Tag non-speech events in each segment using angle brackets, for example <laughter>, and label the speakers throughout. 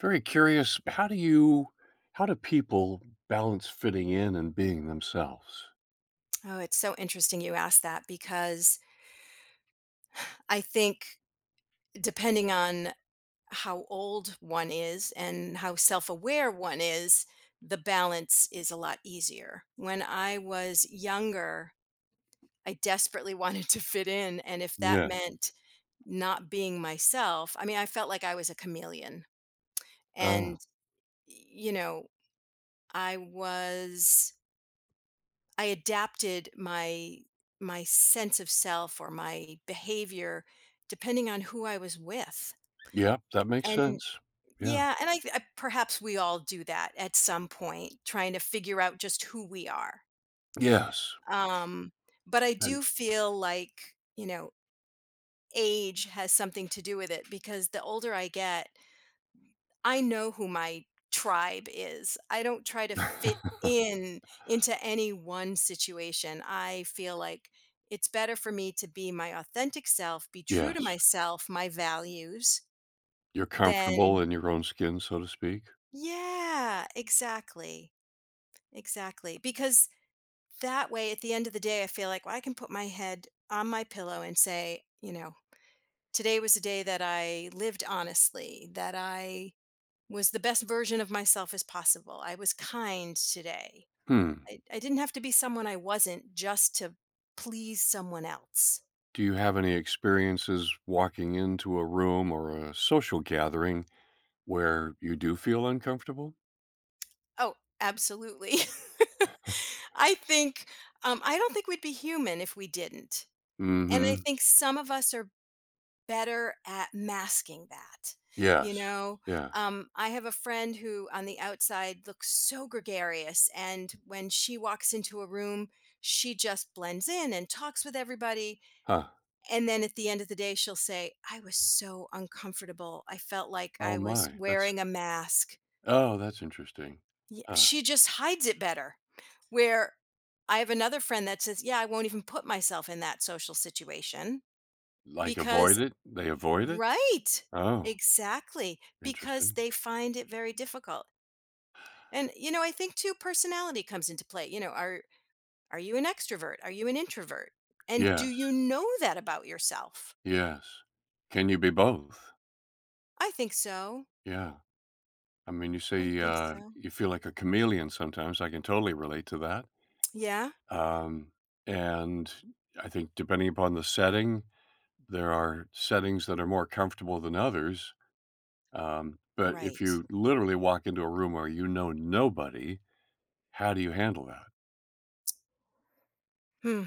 Speaker 1: Very curious, how do people balance fitting in and being themselves?
Speaker 2: Oh, it's so interesting you asked that because I think depending on how old one is and how self aware one is, the balance is a lot easier. When I was younger, I desperately <laughs> wanted to fit in. And if that
Speaker 1: Yes.
Speaker 2: meant not being myself, I mean, I felt like I was a chameleon. And,
Speaker 1: Oh,
Speaker 2: you know, I was. I adapted my sense of self or my behavior depending on who I was with.
Speaker 1: yep, that makes
Speaker 2: And
Speaker 1: sense. Yeah.
Speaker 2: yeah, and I perhaps we all do that at some point, trying to figure out just who we are.
Speaker 1: Yes,
Speaker 2: Um, but I
Speaker 1: and
Speaker 2: do feel like age has something to do with it because the older I get, I know who my tribe is. I don't try to fit
Speaker 1: <laughs>
Speaker 2: in into any one situation. I feel like it's better for me to be my authentic self, be true to
Speaker 1: yes,
Speaker 2: myself, my values,
Speaker 1: you're comfortable
Speaker 2: than,
Speaker 1: in your own skin, so to speak.
Speaker 2: yeah, exactly. Exactly. Because that way at the end of the day I feel like, well, I can put my head on my pillow and say, today was a day that I lived honestly, that I was the best version of myself as possible. I was kind today.
Speaker 1: Hmm,
Speaker 2: I didn't have to be someone I wasn't just to please someone else.
Speaker 1: do you have any experiences walking into a room or a social gathering where you do feel uncomfortable?
Speaker 2: Oh, absolutely. <laughs> I think, I don't think we'd be human if we didn't. And I
Speaker 1: Mhm.
Speaker 2: think some of us are better at masking that. You
Speaker 1: Yes.
Speaker 2: know,
Speaker 1: Yeah.
Speaker 2: I have a friend who on the outside looks so gregarious. And when she walks into a room, she just blends in and talks with everybody.
Speaker 1: Huh.
Speaker 2: And then at the end of the day, she'll say, "I was so uncomfortable. I felt like
Speaker 1: Oh
Speaker 2: I was
Speaker 1: my, that's
Speaker 2: wearing a mask."
Speaker 1: oh, that's interesting.
Speaker 2: Yeah,
Speaker 1: Huh.
Speaker 2: she just hides it better. Where I have another friend that says, "Yeah, I won't even put myself in that social situation
Speaker 1: Like,
Speaker 2: because,"
Speaker 1: avoid it? They avoid it?
Speaker 2: right,
Speaker 1: Oh,
Speaker 2: exactly, because
Speaker 1: interesting.
Speaker 2: they find it very difficult. And, I think too, personality comes into play. Are you an extrovert? Are you an introvert? And do
Speaker 1: Yes,
Speaker 2: you know that about yourself?
Speaker 1: yes. Can you be both?
Speaker 2: I think so.
Speaker 1: Yeah. I mean, you
Speaker 2: I
Speaker 1: say,
Speaker 2: think so.
Speaker 1: you feel like a chameleon sometimes, I can totally relate to that,
Speaker 2: Yeah.
Speaker 1: um, and I think depending upon the setting, there are settings that are more comfortable than others, but if
Speaker 2: Right.
Speaker 1: you literally walk into a room where you know nobody, how do you handle that?
Speaker 2: Hmm.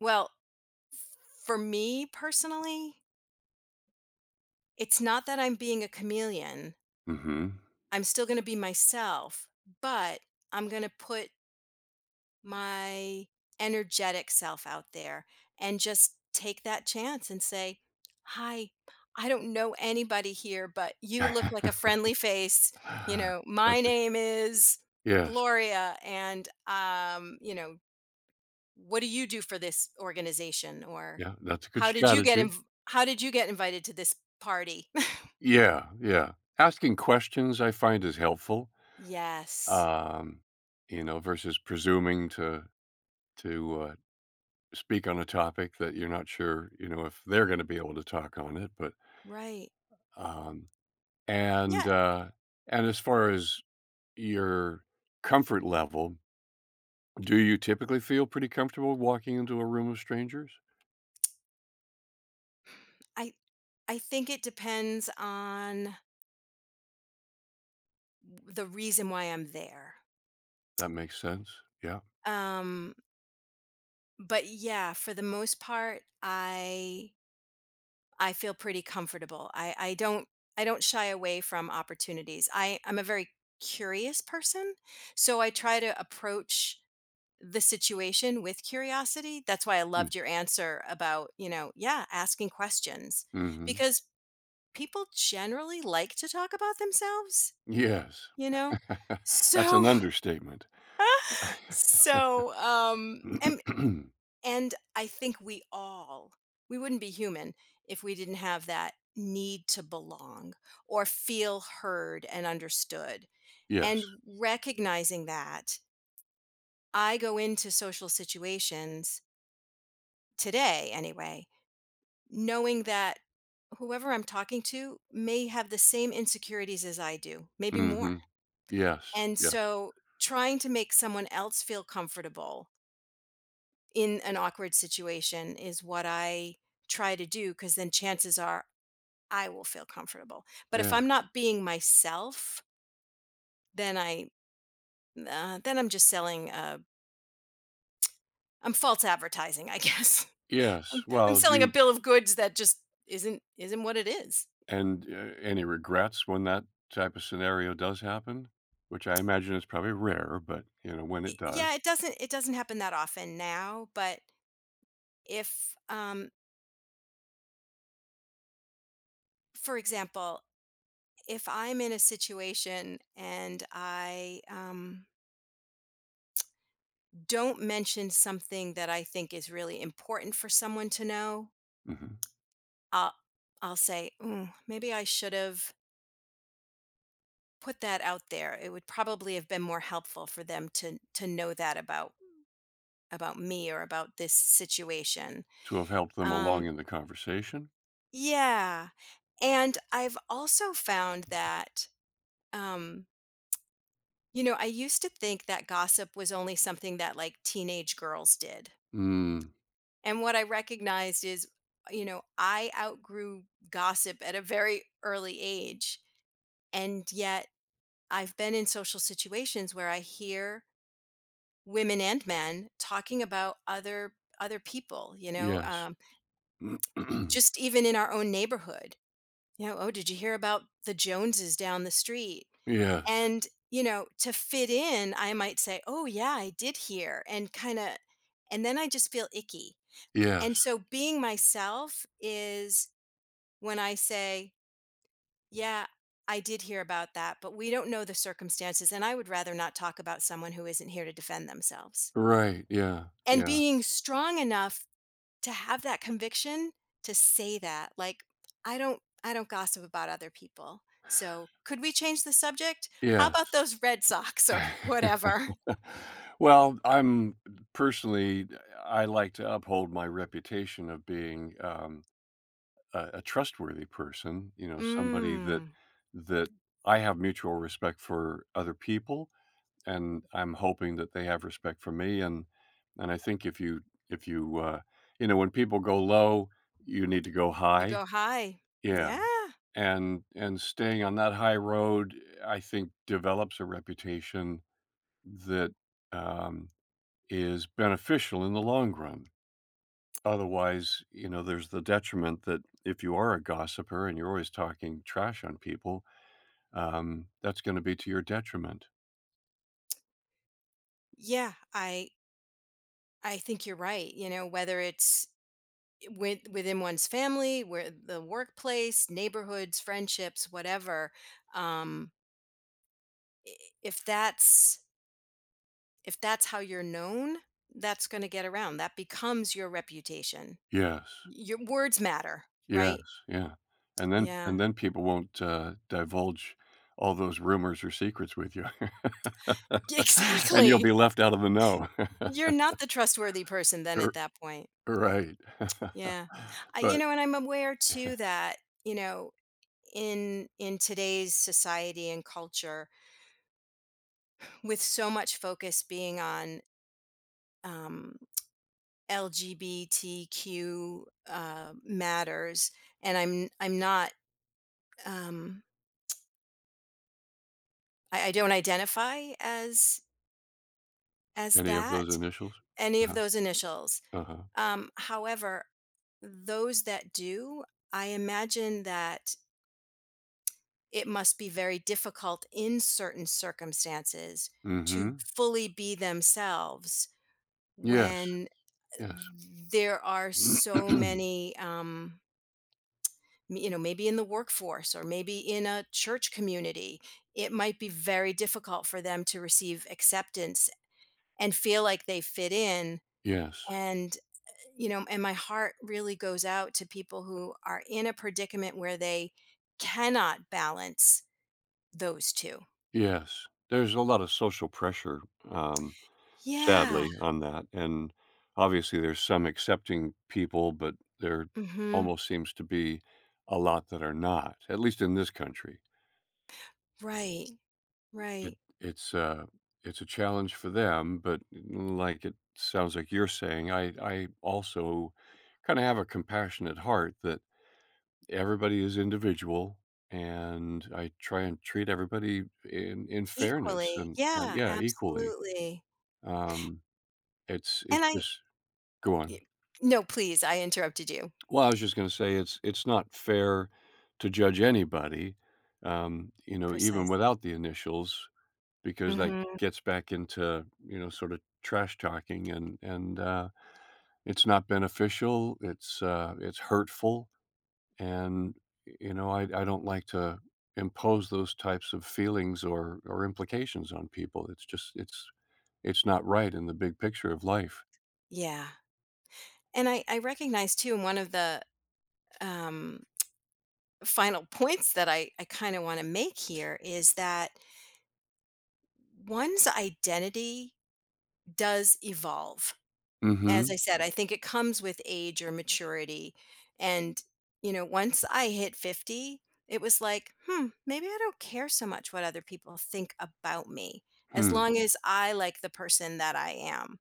Speaker 2: Well, f- for me personally, it's not that I'm being a chameleon.
Speaker 1: Mhm.
Speaker 2: I'm still going to be myself, but I'm going to put my energetic self out there and just take that chance and say, "Hi, I don't know anybody here, but you look like a
Speaker 1: <laughs>
Speaker 2: friendly face.
Speaker 1: That's
Speaker 2: My
Speaker 1: a
Speaker 2: name is
Speaker 1: yes.
Speaker 2: Gloria, and, what do you do for this organization or
Speaker 1: Yeah, that's a good strategy.
Speaker 2: how did you get invited to this party?"
Speaker 1: Yeah, yeah. Asking questions I find is helpful,
Speaker 2: <laughs> Yes,
Speaker 1: um, you know, versus presuming to speak on a topic that you're not sure, you know, if they're gonna be able to talk on it, but,
Speaker 2: right,
Speaker 1: um and,
Speaker 2: yeah,
Speaker 1: uh and as far as your comfort level, do you typically feel pretty comfortable walking into a room of strangers?
Speaker 2: i I think it depends on the reason why I'm there.
Speaker 1: That makes sense. Yeah.
Speaker 2: um but yeah, for the most part, I feel pretty comfortable. I don't shy away from opportunities. I'm a very curious person, so I try to approach the situation with curiosity. That's why I
Speaker 1: Mm.
Speaker 2: loved your answer about, yeah, asking questions
Speaker 1: Mhm.
Speaker 2: because people generally like to talk about themselves,
Speaker 1: Yes.
Speaker 2: you know?
Speaker 1: <laughs> That's an
Speaker 2: So,
Speaker 1: understatement. <laughs>
Speaker 2: <laughs> so, um, and,
Speaker 1: <clears throat>
Speaker 2: and I think we wouldn't be human if we didn't have that need to belong or feel heard and understood. And
Speaker 1: Yes.
Speaker 2: recognizing that, I go into social situations today anyway knowing that whoever I'm talking to may have the same insecurities as I do, maybe more.
Speaker 1: Mhm. Yes,
Speaker 2: And
Speaker 1: yes,
Speaker 2: so trying to make someone else feel comfortable in an awkward situation is what I try to do because then chances are I will feel comfortable. But if
Speaker 1: yeah,
Speaker 2: I'm not being myself, then I'm just selling I'm false advertising, I guess. <laughs>
Speaker 1: yes.
Speaker 2: I'm
Speaker 1: Well, do
Speaker 2: selling a
Speaker 1: you
Speaker 2: bill of goods that just isn't what it is.
Speaker 1: and, any regrets when that type of scenario does happen? Which I imagine is probably rare, but, you know, when it does
Speaker 2: Yeah, it doesn't happen that often now, but if for example, if I'm in a situation and I don't mention something that I think is really important for someone to know,
Speaker 1: Mhm.
Speaker 2: i'll I'll say, "Mm, maybe I should have put that out there. It would probably have been more helpful for them to know that about me or about this situation."
Speaker 1: To have helped them along
Speaker 2: um
Speaker 1: in the conversation?
Speaker 2: yeah. And I've also found that, um I used to think that gossip was only something that like teenage girls did.
Speaker 1: Mm,
Speaker 2: And what I recognized is, I outgrew gossip at a very early age. And yet I've been in social situations where I hear women and men talking about other people,
Speaker 1: yes. <clears throat>
Speaker 2: just even in our own neighborhood. Oh, did you hear about the Joneses down the street?
Speaker 1: Yes,
Speaker 2: And, to fit in, I might say, "Oh, yeah, I did hear," and kinda and then I just feel icky. And
Speaker 1: yes.
Speaker 2: so being myself is when I say, "Yeah, I did hear about that, but we don't know the circumstances, and I would rather not talk about someone who isn't here to defend themselves."
Speaker 1: Right, yeah,
Speaker 2: And
Speaker 1: yeah,
Speaker 2: being strong enough to have that conviction to say that, like, "I don't gossip about other people. So, could we change the subject? How about
Speaker 1: yes.
Speaker 2: those Red Sox or <laughs>
Speaker 1: <laughs>
Speaker 2: whatever?"
Speaker 1: Well, I'm personally, I like to uphold my reputation of being, a trustworthy person, you know, somebody that
Speaker 2: Mm,
Speaker 1: that I have mutual respect for other people, and I'm hoping that they have respect for me. And I think if you you know when people go low, you need to go
Speaker 2: you
Speaker 1: high.
Speaker 2: go high. Yeah.
Speaker 1: Yeah, and staying on that high road, I think develops a reputation that um, is beneficial in the long run. Otherwise, you know, there's the detriment that if you are a gossiper and you're always talking trash on people, that's gonna be to your detriment.
Speaker 2: Yeah, I think you're right, whether it's within one's family, where the workplace, neighborhoods, friendships, whatever. Um i- if that's if that's how you're known, that's going to get around. That becomes your reputation.
Speaker 1: Yes.
Speaker 2: Your words matter,
Speaker 1: Yes,
Speaker 2: right?
Speaker 1: yeah.
Speaker 2: Yeah.
Speaker 1: And
Speaker 2: <laughs>
Speaker 1: then people won't, divulge all those rumors or secrets with you. <laughs> And you'll
Speaker 2: Exactly.
Speaker 1: be left out of the know.
Speaker 2: You're not the trustworthy person
Speaker 1: <laughs>
Speaker 2: then at
Speaker 1: R
Speaker 2: that point.
Speaker 1: right.
Speaker 2: Yeah.
Speaker 1: <laughs> But
Speaker 2: And I'm aware too that, you know, in today's society and culture with so much focus being on, um, LGBTQ, matters, and I'm not, um, I don't identify as
Speaker 1: any of those
Speaker 2: that,
Speaker 1: initials?
Speaker 2: any of
Speaker 1: Uh-huh,
Speaker 2: those initials.
Speaker 1: uh-huh.
Speaker 2: However, those that do, I imagine that it must be very difficult in certain circumstances to
Speaker 1: Mhm.
Speaker 2: fully be themselves
Speaker 1: Yes,
Speaker 2: when
Speaker 1: yes.
Speaker 2: there are so
Speaker 1: <clears throat>
Speaker 2: many, maybe in the workforce or maybe in a church community, it might be very difficult for them to receive acceptance and feel like they fit in.
Speaker 1: Yes.
Speaker 2: And my heart really goes out to people who are in a predicament where they cannot balance those two.
Speaker 1: Yes, there's a lot of social pressure, um,
Speaker 2: Yeah.
Speaker 1: sadly, on that, and obviously there's some accepting people, but there
Speaker 2: Mhm.
Speaker 1: almost seems to be a lot that are not, at least in this country.
Speaker 2: Right,
Speaker 1: It
Speaker 2: right.
Speaker 1: it's a it's a challenge for them, but mm, like it sounds like you're saying, I also kinda have a compassionate heart that everybody is individual, and I try and treat everybody in fairness
Speaker 2: Equally,
Speaker 1: and
Speaker 2: yeah,
Speaker 1: yeah, equally.
Speaker 2: absolutely.
Speaker 1: Um, it's
Speaker 2: And I
Speaker 1: just go
Speaker 2: Y
Speaker 1: on.
Speaker 2: No, please, I interrupted you.
Speaker 1: Well, I was just gonna say it's not fair to judge anybody, you know, even
Speaker 2: Precisely.
Speaker 1: without the initials, because that
Speaker 2: Mhm.
Speaker 1: gets back into, you know, sort of trash talking and it's not beneficial, it's hurtful, and, you know, I don't like to impose those types of feelings or implications on people. It's just it's not right in the big picture of life.
Speaker 2: Yeah, and I recognize too, and one of the, um, final <laughs> points that I kinda wanna make here is that one's identity does evolve. As
Speaker 1: Mhm.
Speaker 2: I said, I think it comes with age or maturity, and, once I hit 50, it was like, "Hmm, maybe I don't care so much what other people think about me, as
Speaker 1: Hmm.
Speaker 2: long as I like the person that I am."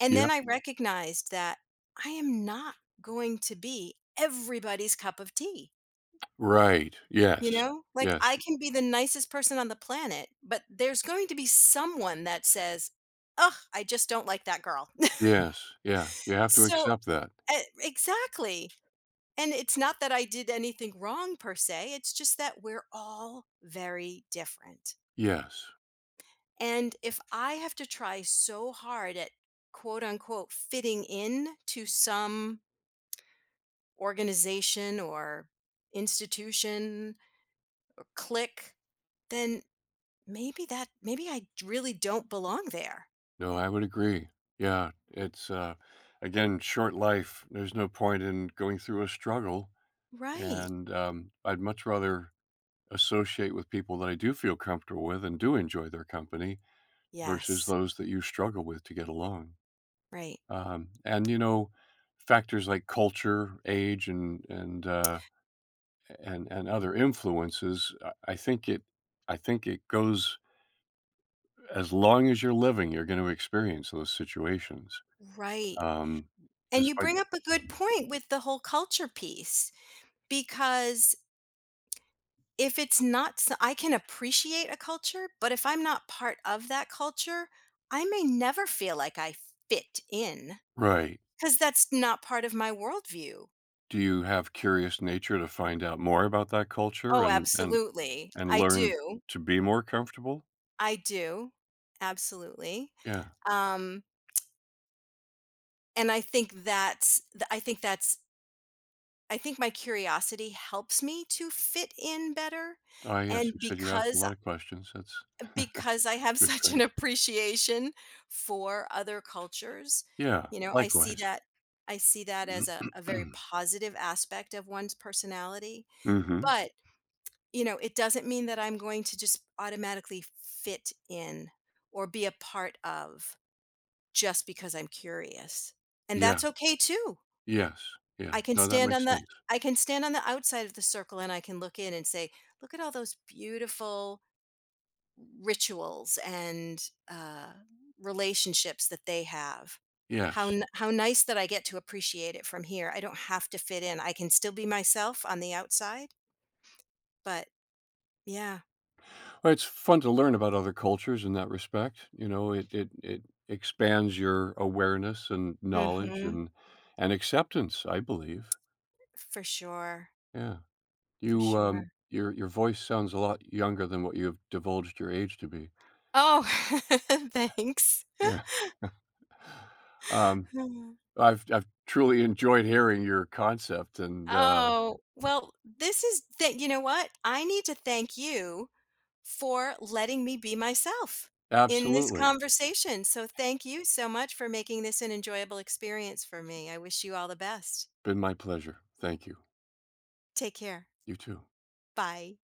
Speaker 2: And then
Speaker 1: Yep.
Speaker 2: I recognized that I am not going to be everybody's cup of tea.
Speaker 1: Right. Yes.
Speaker 2: Like,
Speaker 1: Yes.
Speaker 2: I can be the nicest person on the planet, but there's going to be someone that says, "Ugh, I just don't like that girl."
Speaker 1: Yes. Yeah. You
Speaker 2: <laughs>
Speaker 1: have to
Speaker 2: So,
Speaker 1: accept that.
Speaker 2: exactly. And it's not that I did anything wrong per se, it's just that we're all very different.
Speaker 1: Yes.
Speaker 2: And if I have to try so hard at quote unquote fitting in to some organization or institution or clique, then maybe I really don't belong there.
Speaker 1: No, I would agree. Yeah. It's, again, short life. There's no point in going through a struggle.
Speaker 2: Right.
Speaker 1: And I'd much rather associate with people that I do feel comfortable with and do enjoy their company versus
Speaker 2: Yes.
Speaker 1: those that you struggle with to get along.
Speaker 2: Right.
Speaker 1: And, you know, factors like culture, age, and, and other influences, I think it goes as long as you're living, you're going to experience those situations.
Speaker 2: Right.
Speaker 1: Um,
Speaker 2: And you
Speaker 1: despite
Speaker 2: bring up a good point with the whole culture piece because if it's not, I can appreciate a culture, but if I'm not part of that culture, I may never feel like I fit in
Speaker 1: right.
Speaker 2: because that's not part of my worldview.
Speaker 1: Do you have curious nature to find out more about that culture
Speaker 2: Oh, absolutely.
Speaker 1: and
Speaker 2: I
Speaker 1: learn
Speaker 2: do.
Speaker 1: to be more comfortable?
Speaker 2: I do, absolutely,
Speaker 1: Yeah.
Speaker 2: um, and I think that's th I think that's I think my curiosity helps me to fit in better,
Speaker 1: Ah, yes.
Speaker 2: and
Speaker 1: You said you asked a
Speaker 2: because
Speaker 1: lot of questions. That's <laughs>
Speaker 2: because I have <laughs>
Speaker 1: good
Speaker 2: such an
Speaker 1: trait.
Speaker 2: appreciation for other cultures,
Speaker 1: Yeah.
Speaker 2: I see
Speaker 1: Likewise.
Speaker 2: that
Speaker 1: <clears throat>
Speaker 2: as a very positive aspect of one's personality,
Speaker 1: hmm.
Speaker 2: but, it doesn't mean that I'm going to just automatically fit in or be a part of, just because I'm curious, and
Speaker 1: Yeah.
Speaker 2: that's okay too.
Speaker 1: Yes. Yeah.
Speaker 2: I can
Speaker 1: No, that
Speaker 2: stand on
Speaker 1: makes
Speaker 2: the
Speaker 1: sense.
Speaker 2: I can stand on the outside of the circle, and I can look in and say, "Look at all those beautiful rituals and, uh, relationships that they have. How
Speaker 1: Yes.
Speaker 2: n- how nice that I get to appreciate it from here. I don't have to fit in. I can still be myself on the outside," but yeah,
Speaker 1: Well, it's fun to learn about other cultures in that respect. You know, it expands your awareness and knowledge
Speaker 2: hmm
Speaker 1: and acceptance, I believe.
Speaker 2: for sure,
Speaker 1: Yeah.
Speaker 2: for
Speaker 1: You
Speaker 2: sure.
Speaker 1: your voice sounds a lot younger than what you've divulged your age to be.
Speaker 2: Oh, <laughs> thanks.
Speaker 1: Yeah. <laughs> um
Speaker 2: <sighs>
Speaker 1: I've truly enjoyed hearing your concept and
Speaker 2: Oh, well, this is that you know what? I need to thank you for letting me be myself in this
Speaker 1: absolutely
Speaker 2: conversation. So thank you so much for making this an enjoyable experience for me. I wish you all the best.
Speaker 1: been my pleasure. Thank you.
Speaker 2: Take care.
Speaker 1: You too.
Speaker 2: Bye.